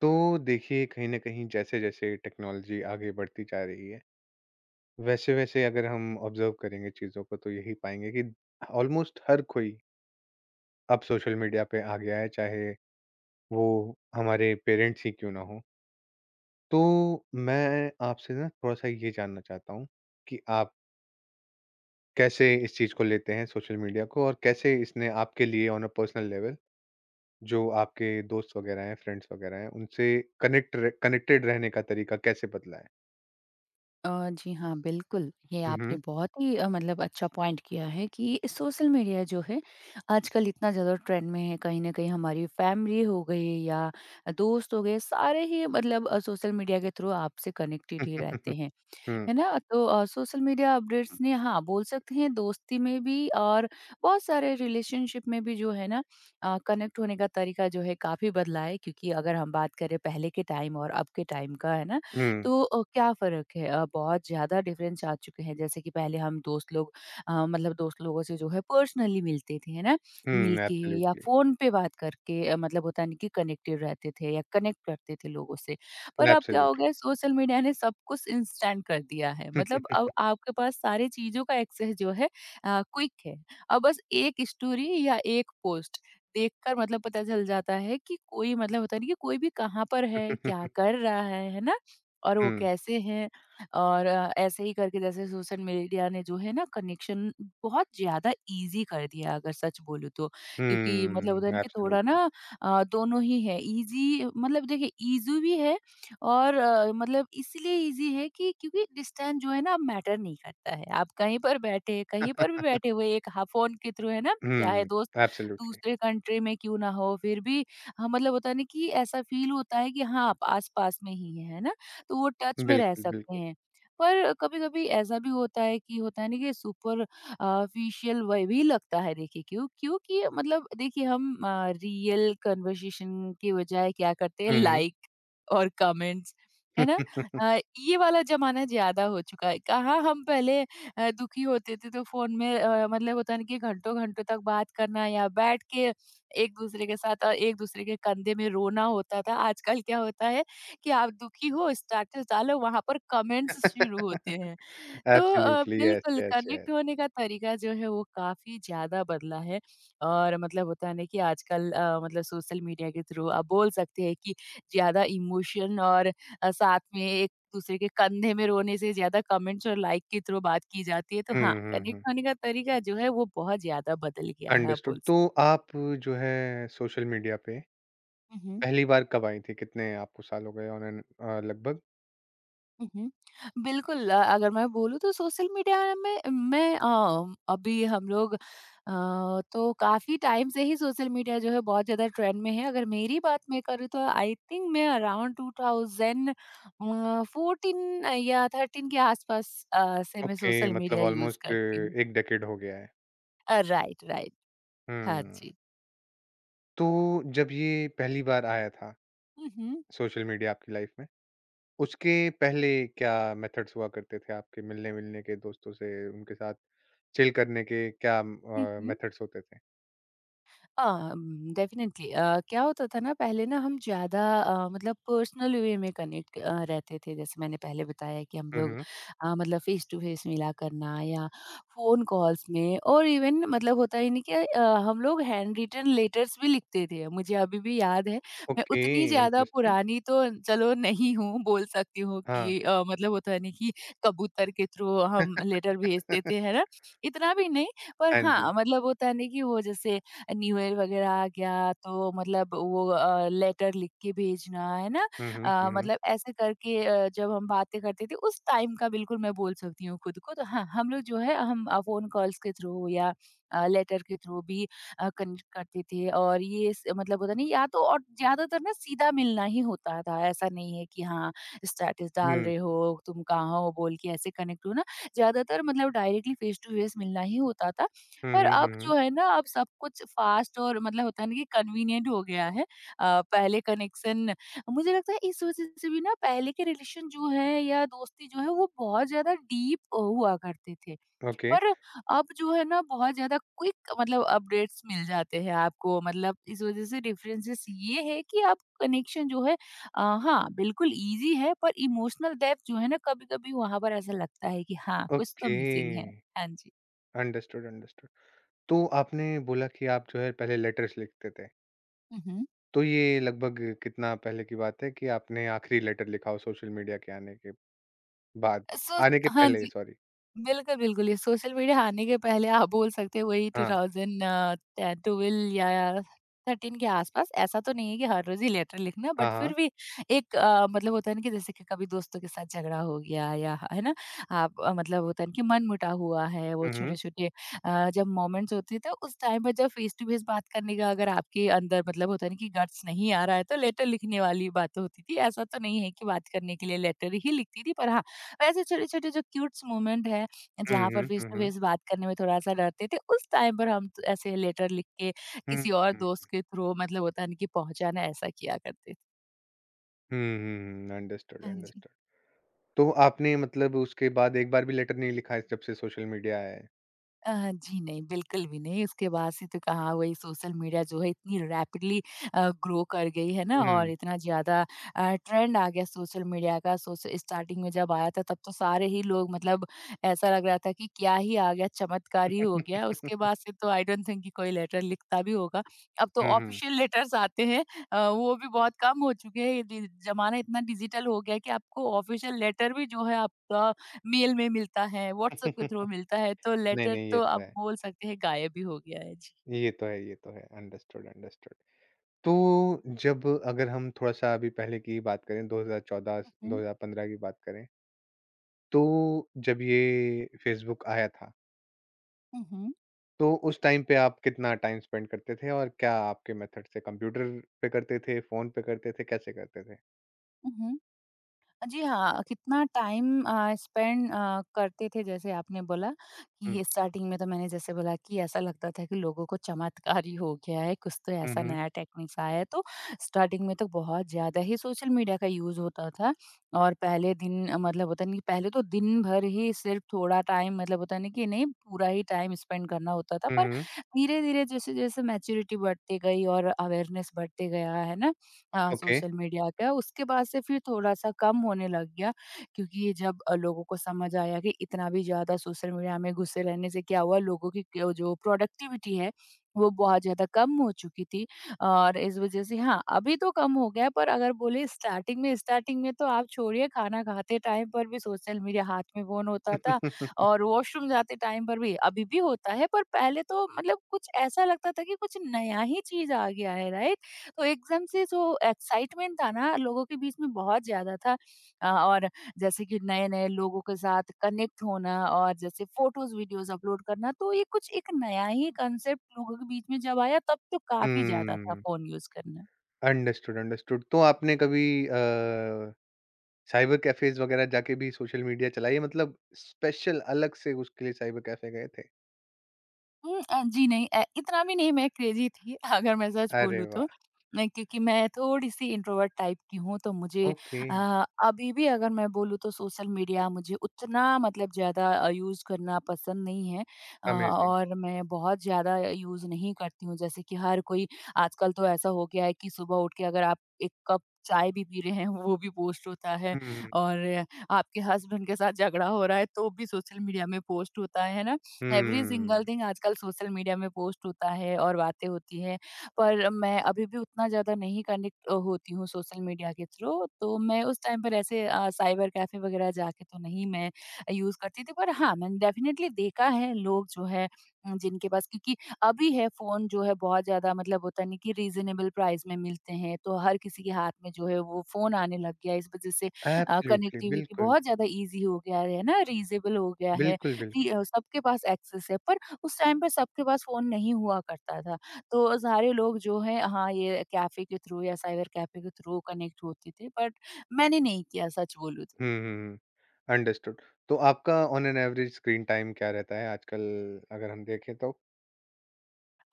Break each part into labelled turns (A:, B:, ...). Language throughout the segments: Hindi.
A: तो देखिए कहीं न कहीं जैसे-जैसे टेक्नोलॉजी आगे बढ़ती जा रही है, वैसे-वैसे अगर हम ऑब्ज़र्व करेंगे चीज़ों को तो यही पाएँगे कि ऑलमोस्ट हर कोई अब सोशल मीडिया पे आ गया है, चाहे वो हमारे पेरेंट्स ही क्यों ना हों। तो मैं आपसे ना थोड़ा-सा ये जानना चाहता हूँ कि आप कैसे इस चीज़ को लेते हैं सोशल मीडिया को और कैसे इसने आपके लिए ऑन अ पर्सनल लेवल जो आपके दोस्त वगैरह हैं, फ्रेंड्स वगैरह हैं, उनसे कनेक्टेड रहने का तरीका कैसे बदला है?
B: जी हाँ, बिल्कुल। ये
A: हुँ,
B: आपने
A: हुँ।
B: बहुत ही मतलब अच्छा पॉइंट किया है कि सोशल मीडिया जो है आजकल इतना ज़्यादा ट्रेंड में है, कहीं न कहीं हमारी फैमिली हो गई या दोस्त हो गए, सारे ही मतलब सोशल मीडिया के थ्रू आपसे कनेक्टेड ही रहते हैं।
A: Mm,
B: है ना? तो सोशल मीडिया अपडेट्स ने हाँ, बोल सकते हैं दोस्ती में भी और बहुत सारे रिलेशनशिप में भी जो है ना, कनेक्ट होने का तरीका जो है काफ़ी बदला है क्योंकि अगर हम बात करें पहले के टाइम और अब के टाइम का, है ना?
A: mm,
B: तो क्या फ़र्क है? बहुत ज़्यादा डिफ़रेंस आ चुके हैं। जैसे कि पहले हम दोस्त लोग मतलब दोस्त लोगों से जो है पर्सनली मिलते थे, है ना? मिल
A: mm,
B: के या
A: absolutely,
B: फ़ोन पे बात करके मतलब होता है ना कि कनेक्टेड रहते थे या कनेक्ट करते थे लोगों से। पर अब क्या हो
A: absolutely.
B: गया है, सोशल मीडिया ने सब कुछ इंस्टेंट कर दिया है। मतलब अब आपके पास सारी चीज़ों का एक्सेस जो है क्विक है। अब बस एक स्टोरी या एक पोस्ट देखकर मतलब पता चल जाता है कि कोई मतलब होता नहीं कि कोई भी कहाँ पर है, क्या कर रहा है ना? और वो
A: Mm,
B: कैसे हैं और ऐसे ही करके जैसे सोशल मीडिया ने जो है ना कनेक्शन बहुत ज़्यादा ईज़ी कर दिया अगर सच बोलूँ तो। क्योंकि मतलब
A: mm,
B: होता है ना कि थोड़ा
A: absolutely.
B: ना दोनों ही है, ईज़ी मतलब देखिए ईज़ी भी है और मतलब इसलिए ईज़ी है कि क्योंकि डिस्टेंस जो है ना अब मैटर नहीं करता है। आप कहीं पर बैठे, कहीं पर भी बैठे हुए एक ह फ़ोन के थ्रू है ना, चाहे
A: Mm,
B: दोस्त
A: absolutely.
B: दूसरे कंट्री में क्यों ना हो, फिर भी हाँ, मतलब होता है ना कि ऐसा फ़ील होता है कि हाँ, आप आस-पास में ही हैं, है ना? तो वो टच में रह
A: बिल्कुल,
B: सकते
A: बिल्कुल।
B: हैं। पर कभी-कभी ऐसा भी होता है कि होता है ना कि सुपर आर्टिफ़िशियल वे भी लगता है। देखिए क्यों? क्योंकि मतलब देखिए हम रियल कन्वर्सेशन की बजाय क्या करते हैं,
A: हुँ, हुँ।
B: लाइक और कमेंट्स, है ना? अ, ये वाला ज़माना ज़्यादा हो चुका है। कहाँ हम पहले दुखी होते थे तो फ़ोन में मतलब होता है ना कि घंटों-घंटों तक बात करना या बैठ के एक-दूसरे के साथ एक-दूसरे के कंधे में रोना होता था। आजकल क्या होता है कि आप दुखी हो, स्टेटस डालो, वहाँ पर कमेंट्स शुरू होते हैं। तो
A: एब्सोल्युटली, यस,
B: बिल्कुल
A: यस, यस।
B: कनेक्ट होने का तरीका जो है वो काफ़ी ज़्यादा बदला है। और मतलब होता है ना कि आजकल मतलब सोशल मीडिया के थ्रू आप बोल सकते हैं कि ज़्यादा इमोशन और साथ में एक दूसरे के कंधे में रोने से ज़्यादा कमेंट्स और लाइक के थ्रू बात की जाती है। तो
A: हुँ,
B: हाँ,
A: हुँ,
B: कनेक्ट
A: हुँ।
B: होने का तरीका जो है वो बहुत ज़्यादा बदल गया है आप
A: अंडरस्टूड।
B: बोल
A: तो
B: सकते
A: आप जो है सोशल मीडिया पे
B: हैं।
A: पहली बार कब आई थी? कितने आपको साल हो गए ऑन एन लगभग?
B: उहुँ। बिल्कुल, अगर मैं बोलूँ तो सोशल मीडिया में मैं अभी हम लोग तो काफ़ी टाइम से ही सोशल मीडिया जो है बहुत ज़्यादा ट्रेंड में है। अगर मेरी बात मैं करूँ तो आई थिंक मैं अराउंड 2000 14 या 13 के आसपास से मैं
A: ओके,
B: सोशल
A: मतलब
B: मीडिया यूज़
A: ऑलमोस्ट
B: करती हूँ।
A: 1 डेकेड हो गया है।
B: Right, right. हाँ
A: हुँ।
B: जी।
A: तो जब ये पहली बार आया था
B: हुँ, हुँ।
A: सोशल मीडिया आपकी लाइफ में उसके पहले क्या मेथड्स हुआ करते थे आपके मिलने-विलने के, दोस्तों से, उनके साथ चिल करने के क्या
B: हुँ, हुँ।
A: मेथड्स होते थे?
B: अ, डेफिनिटली, क्या होता था ना, पहले ना हम ज़्यादा मतलब पर्सनल वे में कनेक्ट रहते थे। जैसे मैंने पहले बताया कि हम
A: हुँ,
B: लोग
A: हुँ।
B: मतलब फेस टू फेस मिला करना या फ़ोन कॉल्स में, और इवन मतलब होता ही नहीं कि हम लोग हैंड रिटन लेटर्स भी लिखते थे, मुझे अभी भी याद है। मैं
A: ओके,
B: उतनी ज़्यादा
A: इंटरेस्टिंग।
B: पुरानी तो चलो नहीं हूँ, बोल सकती हूँ
A: हाँ।
B: कि मतलब होता नहीं कि कबूतर के थ्रू हम लेटर भेजते थे, है ना? इतना भी नहीं। पर
A: हाँ जी।
B: हाँ, मतलब होता नहीं कि वो जैसे न्यू ईयर वगैरह आ गया तो मतलब वो लेटर लिख के भेजना, है ना?
A: हुँ, हुँ, हुँ, हुँ।
B: मतलब ऐसे करके, जब हम बातें करते थे उस टाइम का बिल्कुल मैं बोल सकती हूँ खुद को। तो हाँ, हम लोग जो है हम फ़ोन कॉल्स के थ्रू या लेटर के थ्रू भी कनेक्ट करते थे। और ये स मतलब होता नहीं, या तो और ज़्यादातर ना सीधा मिलना ही होता था। ऐसा नहीं है कि हाँ, स्टेटस डाल
A: हुँ।
B: रहे हो, तुम कहाँ हो बोल के ऐसे कनेक्ट हो ना। ज़्यादातर मतलब डायरेक्टली फेस टू फेस मिलना ही होता था।
A: हुँ,
B: पर
A: हुँ,
B: अब
A: हुँ, हुँ।
B: जो है ना, अब सब कुछ फ़ास्ट और मतलब होता है ना कि कन्वीनिएंट हो गया है। पहले कनेक्शन, मुझे लगता है इस वज़ह से भी ना पहले के रिलेशन जो है या दोस्ती जो है वो बहुत ज़्यादा डीप हुआ करते थे।
A: ओके,
B: पर अब जो है ना, बहुत ज़्यादा क्विक मतलब अपडेट्स मिल जाते हैं आपको। मतलब इस वज़ह से डिफरेंसेस ये है कि आप कनेक्शन जो है हाँ, बिल्कुल ईज़ी है, पर इमोशनल डेप्थ जो है ना, कभी-कभी वहाँ पर ऐसा लगता है कि हाँ, कुछ तो
A: ओके।
B: मिसिंग है। हाँ जी।
A: Understood, understood. तो आपने बोला कि आप जो है पहले लेटर्स लिखते थे।
B: हुँ, हुँ।
A: तो ये लगभग कितना पहले की बात है कि आपने आखिरी लेटर लिखा हो सोशल मीडिया के आने के बाद?
B: सो
A: आने के
B: हाँ
A: पहले
B: जी।
A: सॉरी।
B: बिल्कुल, बिल्कुल, ये सोशल मीडिया आने के पहले आप बोल सकते हैं वही
A: हाँ।
B: 2010, 12 या 13 के आसपास। ऐसा तो नहीं है कि हर रोज़ ही लेटर लिखना,
A: हाँ,
B: बट फिर
A: हाँ।
B: भी एक, मतलब होता है ना कि जैसे कि कभी दोस्तों के साथ झगड़ा हो गया, या है ना? आप मतलब होता है ना कि मनमुटाव हुआ है, वो
A: हुँ, हुँ।
B: छोटे-छोटे जब मोमेंट्स होते हैं, तो उस टाइम पर जब फेस टू फेस बात करने का अगर आपके अंदर मतलब होता है ना कि गट्स नहीं आ रहा है, तो लेटर लिखने वाली बात होती थी। ऐसा तो नहीं है कि बात करने के लिए लेटर ही लिखती थी, पर हाँ, वैसे छोटे-छोटे जो क्यूट्स मोमेंट है,
A: हुँ,
B: जहाँ
A: हुँ,
B: पर फेस
A: हुँ,
B: टू
A: हुँ।
B: फेस बात करने में थोड़ा-सा डरते थे, उस टाइम पर हम तो ऐसे लेटर लिख के
A: हुँ,
B: किसी और
A: हुँ।
B: दोस्त के थ्रू मतलब होता है ना कि पहुँचाना, ऐसा किया करते थे।
A: हुँ, हुँ। अंडरस्टूड,
B: हाँ जी।
A: अंडरस्टूड। तो आपने मतलब उसके बाद एक बार भी लेटर नहीं लिखा है जब से सोशल मीडिया आया है?
B: अ, जी नहीं, बिल्कुल भी नहीं। उसके बाद से तो कहाँ, वही सोशल मीडिया जो है इतनी रैपिडली ग्रो कर गई है ना, और
A: हुँ।
B: इतना ज़्यादा ट्रेंड आ गया सोशल मीडिया का। सोश स्टार्टिंग में जब आया था तब तो सारे ही लोग मतलब ऐसा लग रहा था कि क्या ही आ गया, चमत्कार ही हो गया। उसके बाद से तो आई डोंट थिंक कि कोई लेटर लिखता भी होगा। अब तो
A: हुँ, हुँ।
B: ऑफ़िशियल लेटर्स आते हैं, वो भी बहुत कम हो चुके हैं। ये डि ज़माना इतना डिजिटल हो गया है कि आपको ऑफ़िशियल लेटर भी जो है आपका मेल में मिलता है, व्हाट्सएप के थ्रू मिलता है, तो
A: नहीं,
B: लेटर
A: नहीं, ये
B: तो
A: तो
B: आप
A: है।
B: बोल सकते हैं गायब ही हो गया है। जी।
A: ये तो है, ये तो है। Understood, understood. तो जब अगर हम थोड़ा-सा अभी पहले की बात करें 2014
B: हुँ,
A: 2015 की बात करें, तो जब ये फ़ेसबुक आया था,
B: हुँ, हुँ,
A: तो उस टाइम पे आप कितना टाइम स्पेंड करते थे और क्या आपके मेथड से कंप्यूटर पे करते थे, फ़ोन पे करते थे, कैसे करते थे?
B: हुँ, हुँ। जी हाँ, कितना टाइम स्पेंड करते थे जैसे आपने बोला कि स्टार्टिंग में, तो मैंने जैसे बोला कि ऐसा लगता था कि लोगों को चमत्कार ही हो गया है, कुछ तो
A: हुँ,
B: ऐसा
A: हुँ।
B: नया टेक्निक्स आया है, तो स्टार्टिंग में तो बहुत ज़्यादा ही सोशल मीडिया का यूज़ होता था। और पहले दिन मतलब होता नहीं पहले तो दिन भर ही, सिर्फ थोड़ा टाइम मतलब होता नहीं कि नहीं, पूरा ही टाइम स्पेंड करना होता था।
A: हुँ,
B: पर
A: हुँ।
B: धीरे-धीरे जैसे-जैसे मैच्योरिटी बढ़ती गई और अवेयरनेस बढ़ते गया है ना,
A: ओके।
B: सोशल मीडिया का उसके बाद से फिर थोड़ा-सा कम होने लग गया, क्योंकि जब लोगों को समझ आया कि इतना भी ज़्यादा सोशल मीडिया में घुसे रहने से क्या हुआ, लोगों की क जो प्रोडक्टिविटी है, वो बहुत ज़्यादा कम हो चुकी थी। और इस वज़ह से हाँ, अभी तो कम हो गया है, पर अगर बोले स्टार्टिंग में, स्टार्टिंग में तो आप छोड़िए, खाना खाते टाइम पर भी सोशल मीडिया, हाथ में फ़ोन होता था और वॉशरूम जाते टाइम पर भी। अभी भी होता है, पर पहले तो मतलब कुछ ऐसा लगता था कि कुछ नया ही चीज़ आ गया है, राइट? तो एकदम से जो एक्साइटमेंट था ना लोगों के बीच में, बहुत ज़्यादा था और जैसे कि नए-नए लोगों के साथ कनेक्ट होना और जैसे फ़ोटोज़, वीडियोज़ अपलोड करना, तो ये कुछ एक नया ही कॉन्सेप्ट लोगों के बीच में जब आया तब तो काफ़ी ज़्यादा था
A: हुँ।
B: फ़ोन यूज़ करना।
A: Understood, understood. तो आपने कभी साइबर कैफ़ेज़ वगैरह जाके भी सोशल मीडिया चलाई है? मतलब स्पेशल अलग से उसके लिए साइबर कैफ़े गए थे?
B: हुँ, जी नहीं, इतना भी नहीं मैं क्रेज़ी थी अगर मैं सच
A: अरे
B: बोलूँ
A: वाह!
B: तो। मैं, क्योंकि मैं थोड़ी-सी इंट्रोवर्ट टाइप की हूँ, तो मुझे
A: ओके,
B: अभी भी अगर मैं बोलूँ तो सोशल मीडिया मुझे उतना मतलब ज़्यादा यूज़ करना पसंद नहीं है।
A: अमेज़िंग।
B: और मैं बहुत ज़्यादा यूज़ नहीं करती हूँ जैसे कि हर कोई। आजकल तो ऐसा हो गया है कि सुबह उठ के अगर आप 1 कप चाय भी पी रहे हैं वो भी पोस्ट होता है,
A: हुँ,
B: और आपके हस्बैंड के साथ झगड़ा हो रहा है तो भी सोशल मीडिया में पोस्ट होता है ना? एवरी
A: हुँ।
B: सिंगल थिंग आजकल सोशल मीडिया में पोस्ट होता है और बातें होती है। पर मैं अभी भी उतना ज़्यादा नहीं कनेक्ट होती हूँ सोशल मीडिया के थ्रू। तो मैं उस टाइम पर ऐसे साइबर कैफ़े वगैरह जाके तो नहीं मैं यूज़ करती थी। पर हाँ, मैंने डेफ़िनेटली देखा है लोग जो है जिनके पास, क्योंकि अभी है फ़ोन जो है बहुत ज़्यादा मतलब होता नहीं कि रीज़नेबल प्राइस में मिलते हैं, तो हर किसी के हाथ में जो है वो फ़ोन आने लग गया है। इस वज़ह से
A: एब्सोल्युटली,
B: कनेक्टिविटी
A: बिल्कुल।
B: बहुत ज़्यादा ईज़ी हो गया है ना, रीज़नेबल हो गया है।
A: बिल्कुल,
B: जी,
A: बिल्कुल।
B: सबके पास एक्सेस है, पर उस टाइम पे सबके पास फ़ोन नहीं हुआ करता था। तो सारे लोग जो है हाँ, ये कैफ़े के थ्रू या साइबर कैफ़े के थ्रू कनेक्ट होते थे, बट मैंने नहीं किया सच बोलूँ
A: हुँ,
B: तो।
A: हुँ, हुँ। अंडरस्टूड। तो आपका on an average screen time क्या रहता है आजकल अगर हम देखें तो?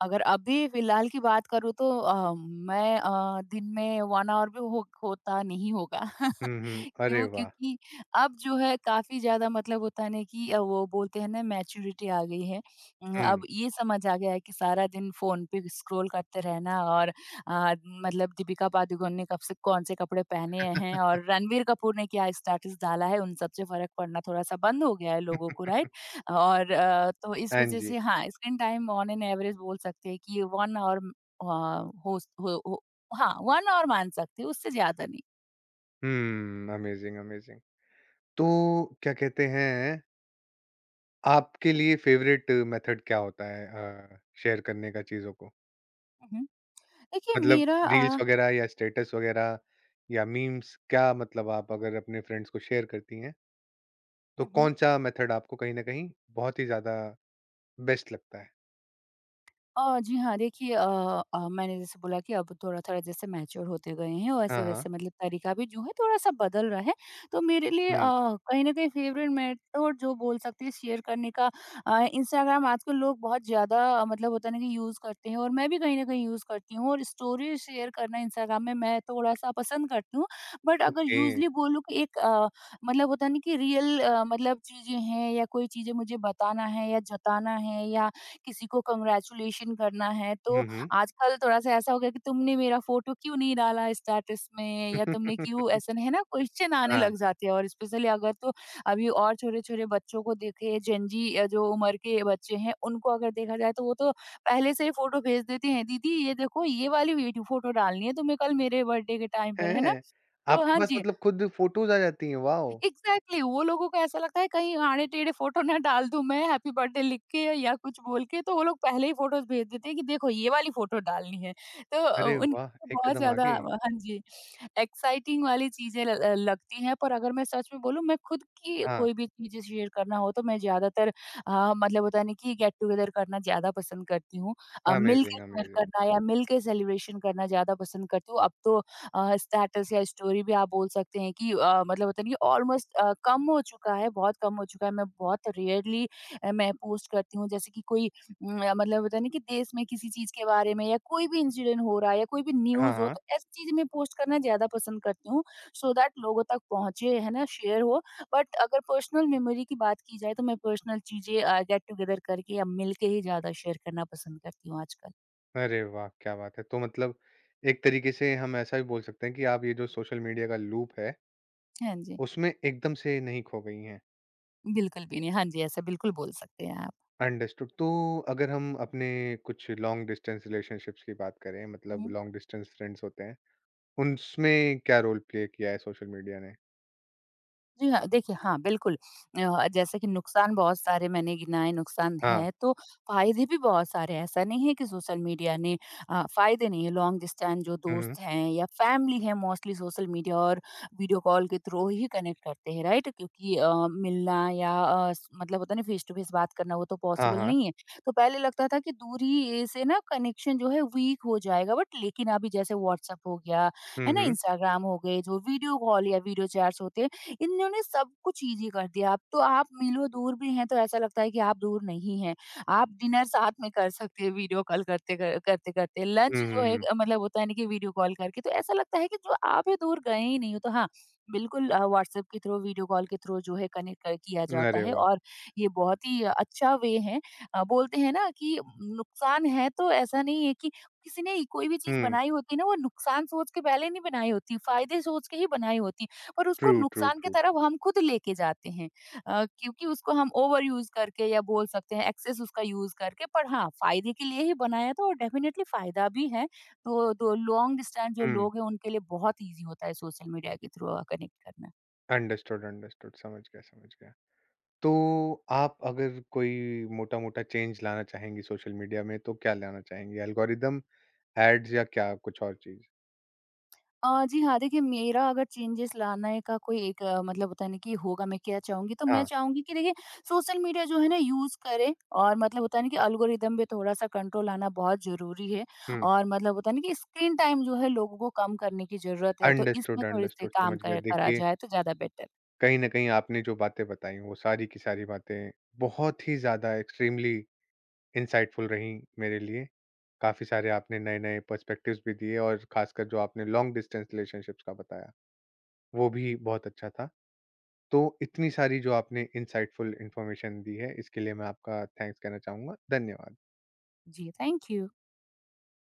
B: अगर अभी फिलहाल की बात करूँ तो मैं दिन में 1 आवर भी हो होता नहीं होगा।
A: हुँ, हुँ। अरे
B: क्यों?
A: वाह!
B: क्योंकि अब जो है काफ़ी ज़्यादा मतलब होता है ना कि वो बोलते हैं ना, मैच्योरिटी आ गई है। अब
A: हुँ।
B: ये समझ आ गया है कि सारा दिन फ़ोन पे स्क्रॉल करते रहना और मतलब दीपिका पादुकोण ने कब से कौन से कपड़े पहने हैं और रणबीर कपूर ने क्या स्टेटस डाला है, उन सब से फ़र्क पड़ना थोड़ा-सा बंद हो गया है लोगों को, राइट? और तो इस
A: हाँ
B: वज़ह
A: जी।
B: से हाँ, screen time on an average बोल सकते हैं कि 1 ऑवर अ, हो स हो हाँ, 1 ऑवर मान सकते हैं, उससे ज़्यादा नहीं।
A: हुँ, अमेज़िंग, अमेज़िंग। तो क्या कहते हैं, आपके लिए फ़ेवरेट मेथड क्या होता है शेयर करने का चीज़ों को?
B: हुँ, हुँ। देखिए,
A: मतलब
B: मेरा
A: रील्स वगैरह या स्टेटस वगैरह या मीम्स क्या मतलब आप अगर अपने फ्रेंड्स को शेयर करती हैं, तो
B: हुँ, हुँ।
A: कौन-सा मेथड आपको कहीं न कहीं बहुत ही ज़्यादा बेस्ट लगता है?
B: जी हाँ, देखिए मैंने जैसे बोला कि अब थोड़ा-थोड़ा जैसे मैच्योर होते गए हैं
A: हाँ, हाँ।
B: वैसे-वैसे मतलब तरीका भी जो है थोड़ा-सा बदल रहा है। तो मेरे लिए
A: हुँ,
B: कहीं न कहीं फेवरेट मेथड जो बोल सकते हैं शेयर करने का, इंस्टाग्राम। आजकल लोग बहुत ज़्यादा मतलब होता है ना कि यूज़ करते हैं और मैं भी कहीं न कहीं यूज़ करती हूँ और स्टोरी शेयर करना इंस्टाग्राम में मैं थोड़ा-सा पसंद करती हूँ। बट अगर
A: ओके।
B: यूज़ुअली बोलूँ कि एक मतलब होता है ना कि रियल मतलब चीज़ें हैं या कोई चीज़ें मुझे बताना है या जताना है या किसी को कांग्रेचुलेशन करना है, तो
A: हुँ, हुँ।
B: आजकल थोड़ा-सा ऐसा हो गया कि तुमने मेरा फ़ोटो क्यों नहीं डाला स्टेटस में या तुमने क्यों, ऐसा है ना, क्वेश्चन आने
A: हाँ,
B: लग जाते हैं। और स्पेशली अगर तो अभी और छोटे-छोटे बच्चों को देखें जेन जी जो उम्र के बच्चे हैं, उनको अगर देखा जाए तो वो तो पहले से ही फ़ोटो भेज देते हैं, दीदी ये देखो ये वाली वीडियो फ़ोटो डालनी है तुम्हें कल मेरे बर्थडे के टाइम पर, है ना?
A: हैं?
B: तो
A: आपके
B: हाँ
A: पास
B: जी।
A: मतलब खुद फ़ोटोज़ आ जाती हैं, वॉव!
B: एग्ज़ैक्टली, वो लोगों को ऐसा लगता है कहीं आड़े-टेढ़े फ़ोटो ना डाल दूँ मैं हैप्पी बर्थडे लिख के या कुछ बोल के, तो वो लोग पहले ही फ़ोटोज़ भेज देते हैं कि देखो ये वाली फ़ोटो डालनी है। तो
A: अरे
B: उनके
A: वाह!
B: लिए
A: एक
B: बहुत
A: कदम
B: ज़्यादा
A: आगे।
B: हाँ जी, एक्साइटिंग वाली चीज़ें लगती हैं। पर अगर मैं सच में बोलूँ मैं खुद की
A: हाँ,
B: कोई भी चीज़ें शेयर करना हो तो मैं ज़्यादातर मतलब होता है ना कि गेट-टुगेदर करना ज़्यादा पसंद करती हूँ। मिल
A: अमेज़िंग,
B: के शेयर
A: अमेज़िंग।
B: करना या मिल के सेलिब्रेशन करना ज़्यादा पसंद करती हूँ। अब तो स्टेटस या स्टोरी भी आप बोल सकते हैं कि मतलब होता नहीं, ऑलमोस्ट कम हो चुका है, बहुत कम हो चुका है। मैं बहुत रेयरली मैं पोस्ट करती हूँ, जैसे कि कोई मतलब होता है ना कि देश में किसी चीज़ के बारे में या कोई भी इंसिडेंट हो रहा है या कोई भी
A: हाँ,
B: न्यूज़ हो,
A: हाँ।
B: तो ऐसी चीज़ें मैं पोस्ट करना ज़्यादा पसंद करती हूँ सो दैट लोगों तक पहुँचे, है ना, शेयर हो। बट अगर पर्सनल मेमोरी की बात की जाए तो मैं पर्सनल चीज़ें गेट टुगेदर करके या मिलके ही ज़्यादा शेयर करना पसंद करती हूँ आजकल।
A: अरे वाह! क्या बात है। तो मतलब एक तरीके से हम ऐसा भी बोल सकते हैं कि आप ये जो सोशल मीडिया का लूप है,
B: हाँ जी।
A: उसमें एकदम से नहीं खो गई हैं।
B: बिल्कुल भी नहीं। हाँ जी, ऐसा बिल्कुल बोल सकते हैं आप।
A: अंडरस्टूड। तो अगर हम अपने कुछ लॉन्ग डिस्टेंस रिलेशनशिप्स की बात करें, मतलब
B: हुँ।
A: लॉन्ग डिस्टेंस फ्रेंड्स होते हैं, उसमें क्या रोल प्ले किया है सोशल मीडिया ने?
B: जी हाँ, देखिए हाँ, बिल्कुल जैसे कि नुकसान बहुत सारे मैंने गिनाए, नुकसान
A: हाँ।
B: हैं, तो फ़ायदे भी बहुत सारे हैं। ऐसा नहीं है कि सोशल मीडिया ने फ़ायदे नहीं है। लॉन्ग डिस्टेंस जो
A: हुँ, हुँ।
B: दोस्त हैं या फैमिली है मोस्टली सोशल मीडिया और वीडियो कॉल के थ्रू ही कनेक्ट करते हैं, राइट? क्योंकि मिलना या अ, स मतलब होता है ना फेस टू फेस बात करना, वो तो
A: हाँ,
B: पॉसिबल
A: हाँ।
B: नहीं है। तो पहले लगता था कि दूरी से ना कनेक्शन जो है वीक हो जाएगा, बट लेकिन अभी जैसे व्हाट्सएप हो गया,
A: हुँ,
B: है ना?
A: हुँ।
B: इंस्टाग्राम हो गए, जो वीडियो कॉल या वीडियो चैट्स होते हैं इन्होंने सब कुछ ईज़ी कर दिया। अब तो आप मीलों दूर भी हैं तो ऐसा लगता है कि आप दूर नहीं हैं। आप डिनर साथ में कर सकते हैं वीडियो कॉल करते-करते। लंच
A: हुँ,
B: जो है
A: हुँ,
B: मतलब होता है ना कि वीडियो कॉल करके, तो ऐसा लगता है कि जो आप है दूर गए ही नहीं हो। तो हाँ, बिल्कुल व्हाट्सएप के थ्रू, वीडियो कॉल के थ्रू जो है कनेक्ट कर किया
A: हुँ।
B: जाता
A: अरे
B: है
A: वाह!
B: और ये बहुत ही अच्छा वे है। बोलते हैं ना कि नुकसान है, तो ऐसा नहीं है कि किसी ने कोई भी चीज़
A: हुँ।
B: बनाई होती है ना वो नुकसान सोच के पहले नहीं बनाई होती, फ़ायदे सोच के ही बनाई होती। पर उसको
A: ट्रू, ट्रू,
B: नुकसान की
A: ट्रू।
B: तरफ हम खुद लेके जाते हैं क्योंकि उसको हम ओवर यूज करके या बोल सकते हैं एक्सेस उसका यूज करके। पर हाँ, फायदे के लिए ही बनाया था और डेफिनेटली फायदा भी है, तो लॉन्ग डिस्टेंस जो
A: हुँ।
B: लोग हैं उनके लिए बहुत ईजी होता है सोशल मीडिया के थ्रू कनेक्ट करना।
A: Understood, understood. समझ गया, समझ गया। तो आप अगर कोई मोटा-मोटा चेंज लाना चाहेंगी सोशल मीडिया में तो क्या लाना चाहेंगी? एल्गोरिदम, ऐड्स या क्या कुछ और चीज़?
B: जी हाँ, देखिए मेरा अगर चेंजेस लाने का कोई एक मतलब होता है ना कि होगा मैं क्या चाहूँगी, तो मैं
A: हाँ,
B: चाहूँगी कि देखिए सोशल मीडिया जो है ना यूज़ करें और मतलब होता है ना कि एल्गोरिदम पे थोड़ा-सा कंट्रोल आना बहुत ज़रूरी है।
A: हुँ।
B: और मतलब होता है ना कि स्क्रीन टाइम जो है लोगों को कम करने की ज़रूरत है, तो
A: अंडरस्टूड,
B: इसमें थोड़े-से
A: अंडरस्टूड,
B: काम
A: समझ गया।
B: कर करा
A: देखिए,
B: जाए तो ज़्यादा बेटर।
A: कहीं न कहीं आपने जो बातें बताई वो सारी की सारी बातें बहुत ही ज़्यादा एक्सट्रीमली इनसाइटफुल रहीं मेरे लिए। काफ़ी सारे आपने नए-नए पर्सपेक्टिव्स भी दिए और खासकर जो आपने लॉन्ग डिस्टेंस रिलेशनशिप्स का बताया, वो भी बहुत अच्छा था। तो इतनी सारी जो आपने इनसाइटफुल इन्फॉर्मेशन दी है इसके लिए मैं आपका थैंक्स कहना चाहूँगा। धन्यवाद।
B: जी, थैंक यू।